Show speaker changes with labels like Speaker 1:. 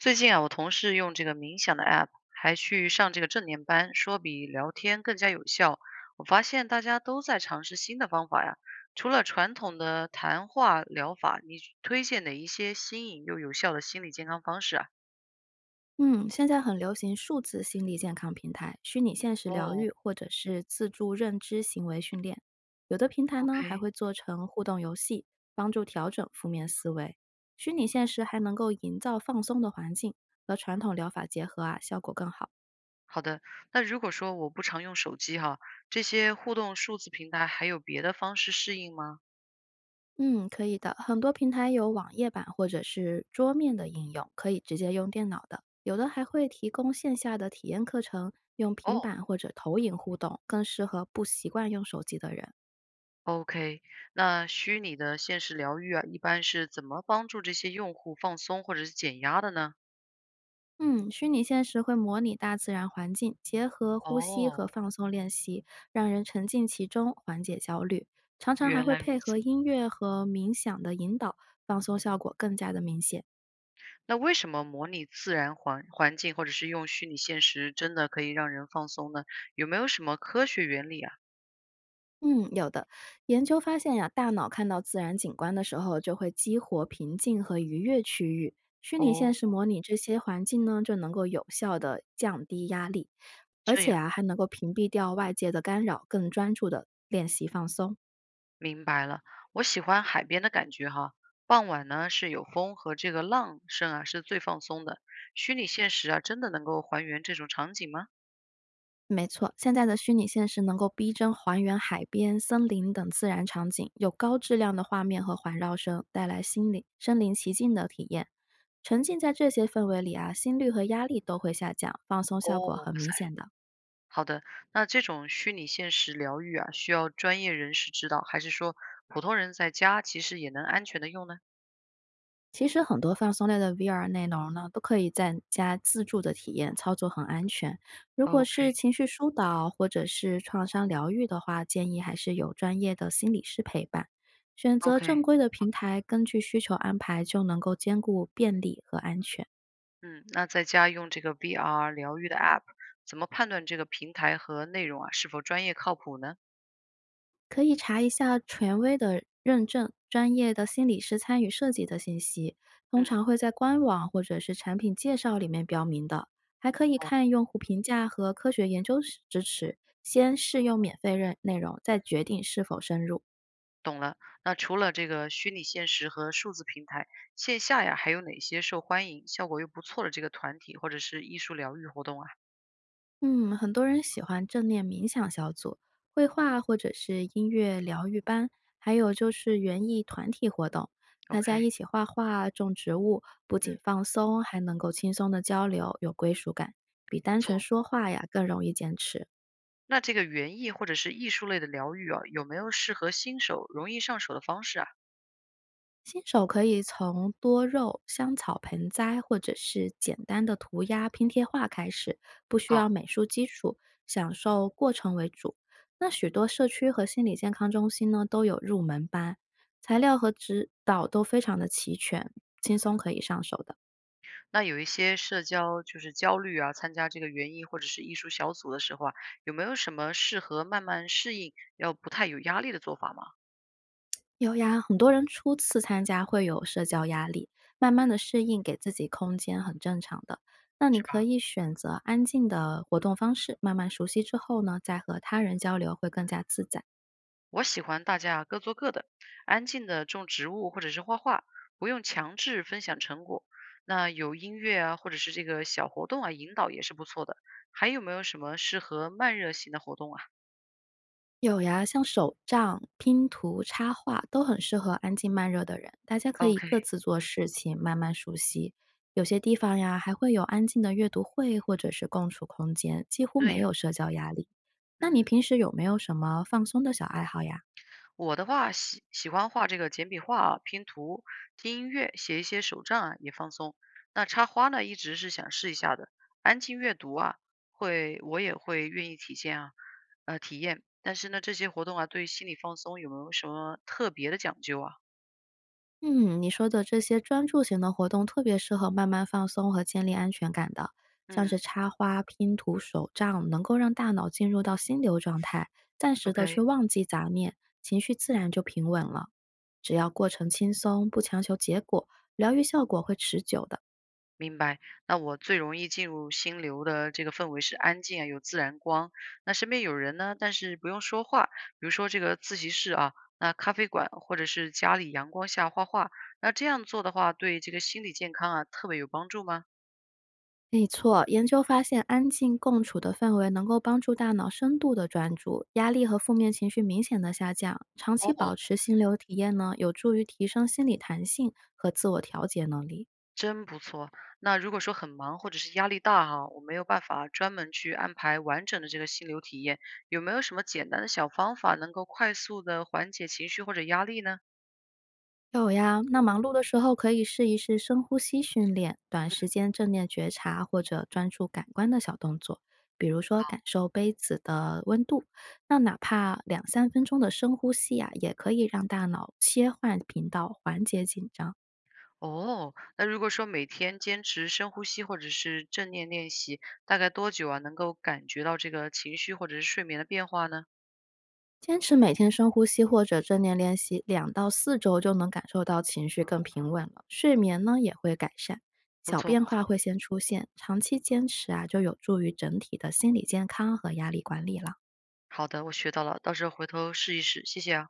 Speaker 1: 最近啊，我同事用这个冥想的 app，还去上这个正念班，说比聊天更加有效。我发现大家都在尝试新的方法呀。除了传统的谈话疗法，你推荐哪一些新颖又有效的心理健康方式啊？
Speaker 2: 嗯，现在很流行数字心理健康平台、虚拟现实疗
Speaker 1: 哦
Speaker 2: 愈，或者是自助认知行为训练。有的平台呢还
Speaker 1: ，OK，
Speaker 2: 会做成互动游戏，帮助调整负面思维。虚拟现实还能够营造放松的环境，和传统疗法结合啊，效果更好。
Speaker 1: 好的。那如果说我不常用手机哈，这些互动数字平台还有别的方式适应吗？
Speaker 2: 嗯，可以的。很多平台有网页版或者是桌面的应用，可以直接用电脑的。有的还会提供线下的体验课程，用平
Speaker 1: 哦
Speaker 2: 板或者投影互动，更适合不习惯用手机的人。
Speaker 1: ，OK，那虚拟的现实疗愈啊，一般是怎么帮助这些用户放松或者是减压的呢？
Speaker 2: 嗯，虚拟现实会模拟大自然环境，结合呼吸和
Speaker 1: 哦，
Speaker 2: 放松练习，让人沉浸其中，缓解焦虑。常常还
Speaker 1: 原
Speaker 2: 会
Speaker 1: 来
Speaker 2: 配
Speaker 1: 如
Speaker 2: 合
Speaker 1: 此。
Speaker 2: 音乐和冥想的引导，放松效果更加的明显。
Speaker 1: 那为什么模拟自然环环境或者是用虚拟现实真的可以让人放松呢？有没有什么科学原理啊？
Speaker 2: 嗯，有的研究发现呀，大脑看到自然景观的时候，就会激活平静和愉悦区域。虚拟现实
Speaker 1: 哦，
Speaker 2: 模拟这些环境呢，就能够有效的降低压力，而
Speaker 1: 这
Speaker 2: 且
Speaker 1: 样，
Speaker 2: 啊，还能够屏蔽掉外界的干扰，更专注的练习放松。
Speaker 1: 明白了。我喜欢海边的感觉哈，傍晚呢是有风和这个浪声啊，是最放松的。虚拟现实啊，真的能够还原这种场景吗？
Speaker 2: 没错，现在的虚拟现实能够逼真还原海边、森林等自然场景，有高质量的画面和环绕声，带来心灵身临其境的体验。沉浸在这些氛围里啊，心率和压力都会下降，放松效
Speaker 1: 哦，
Speaker 2: 果很
Speaker 1: 哇
Speaker 2: 明
Speaker 1: 塞，
Speaker 2: 显的。
Speaker 1: 好的。那这种虚拟现实疗愈啊，需要专业人士指导，还是说普通人在家其实也能安全的用呢
Speaker 2: 其实很多放松类的 VR 内容呢，都可以在家自助的体验，操作很安全。如果是
Speaker 1: ？OK，OK。
Speaker 2: 情绪疏导或者是创伤疗愈的话，建议还是有专业的心理师陪伴。选择正规的平台，根据需求安排，就能够兼顾便利和安全。
Speaker 1: 嗯，那在家用这个 VR 疗愈的 App，怎么判断这个平台和内容啊是否专业靠谱呢？
Speaker 2: 可以查一下权威的认证、专业的心理师参与设计的信息，通
Speaker 1: 嗯，
Speaker 2: 常会在官网或者是产品介绍里面标明的。还可以
Speaker 1: 哦，
Speaker 2: 看用户评价和科学研究支持，先试用免费认内容，再决定是否深入。
Speaker 1: 懂了。那除了这个虚拟现实和数字平台，线下呀还有哪些受欢迎、效果又不错的这个团体或者是艺术疗愈活动啊
Speaker 2: 嗯，很多人喜欢正念冥想小组、绘画或者是音乐疗愈班，还有就是园艺团体活动，大家
Speaker 1: ？OK，
Speaker 2: 一起画画、种植物，不
Speaker 1: 嗯，
Speaker 2: 仅放松，还能够轻松的交流，有归属感，比
Speaker 1: 不
Speaker 2: 单纯
Speaker 1: 错。
Speaker 2: 说话呀更容易坚持。
Speaker 1: 那这个园艺或者是艺术类的疗愈啊，有没有适合新手容易上手的方式啊？
Speaker 2: 新手可以从多肉、香草盆栽或者是简单的涂鸦、拼贴画开始，不需要
Speaker 1: 好。
Speaker 2: 美术基础，享受过程为主。那许多社区和心理健康中心呢都有入门班，材料和指导都非常的齐全，轻松可以上手的。
Speaker 1: 那有一些社交就是焦虑啊，参加这个园艺或者是艺术小组的时候啊，有没有什么适合慢慢适应，要不太有压力的做法吗？
Speaker 2: 有呀，很多人初次参加会有社交压力，慢
Speaker 1: 嗯，
Speaker 2: 慢的适应，给自己空间很正常的。那你
Speaker 1: 是
Speaker 2: 可
Speaker 1: 吧？
Speaker 2: 以选择安静的活动方式，慢慢熟悉之后呢，再和他人交流会更加自在。
Speaker 1: 我喜欢大家各做各的，安静的种植物或者是画画，不用强制分享成果。那有音乐啊，或者是这个小活动啊，引导也是不错的。还有没有什么适合慢热型的活动啊
Speaker 2: 有呀，像手账、拼图、插画都很适合安静慢热的人，大家可以
Speaker 1: ，OK，
Speaker 2: 各自做事情，慢慢熟悉。有些地方呀，还会有安静的阅读会或者是共处空间，几乎
Speaker 1: 对
Speaker 2: 没
Speaker 1: 呀，
Speaker 2: 有社交压力。那你
Speaker 1: 嗯。
Speaker 2: 平时有没有什么放松的小爱好呀？
Speaker 1: 我的话，喜欢画这个简笔画啊，拼图、听音乐、写一些手账啊，也放松。那插花呢，一直是想试一下的。安静阅读啊，会我也会愿意体现啊，体验。但是呢，这些活动啊，对心理放松有没有什么特别的讲究啊？
Speaker 2: 嗯，你说的这些专注型的活动特别适合慢慢放松和建立安全感的，像是
Speaker 1: 嗯
Speaker 2: 插花、拼图、手账，能够让大脑进入到心流状态，暂时的
Speaker 1: OK，
Speaker 2: 去忘记杂念，情绪自然就平稳了。只要过程轻松，不强求结果，疗愈效果会持久的。
Speaker 1: 明白，那我最容易进入心流的这个氛围是安静啊，有自然光。那身边有人呢，但是不用说话，比如说这个自习室啊，那咖啡馆或者是家里阳光下画画，那这样做的话，对这个心理健康啊特别有帮助吗？
Speaker 2: 没错，研究发现，安静共处的氛围能够帮助大脑深度的专注，压力和负面情绪明显的下降。长
Speaker 1: 哦，
Speaker 2: 期保持心流体验呢，有助于提升心理弹性和自我调节能力。
Speaker 1: 真不错。那如果说很忙或者是压力大哈，我没有办法专门去安排完整的这个心流体验，有没有什么简单的小方法能够快速的缓解情绪或者压力呢？
Speaker 2: 有呀，那忙碌的时候可以试一试深呼吸训练、短时间正念觉察或者专注感官的小动作，比如说感受杯子的温度。那哪怕2 3 分钟的深呼吸啊，也可以让大脑切换频道，缓解紧张。
Speaker 1: 哦，那如果说每天坚持深呼吸或者是正念练习，大概多久啊，能够感觉到这个情绪或者是睡眠的变化呢？
Speaker 2: 坚持每天深呼吸或者正念练习，2 到 4 周就能感受到情绪更平稳了，睡眠呢也会改善，
Speaker 1: 不
Speaker 2: 小
Speaker 1: 错不
Speaker 2: 变化
Speaker 1: 错，
Speaker 2: 会先出现，长期坚持啊就有助于整体的心理健康和压力管理了。嗯
Speaker 1: 好的，我学到了，到时候回头试一试，谢谢啊。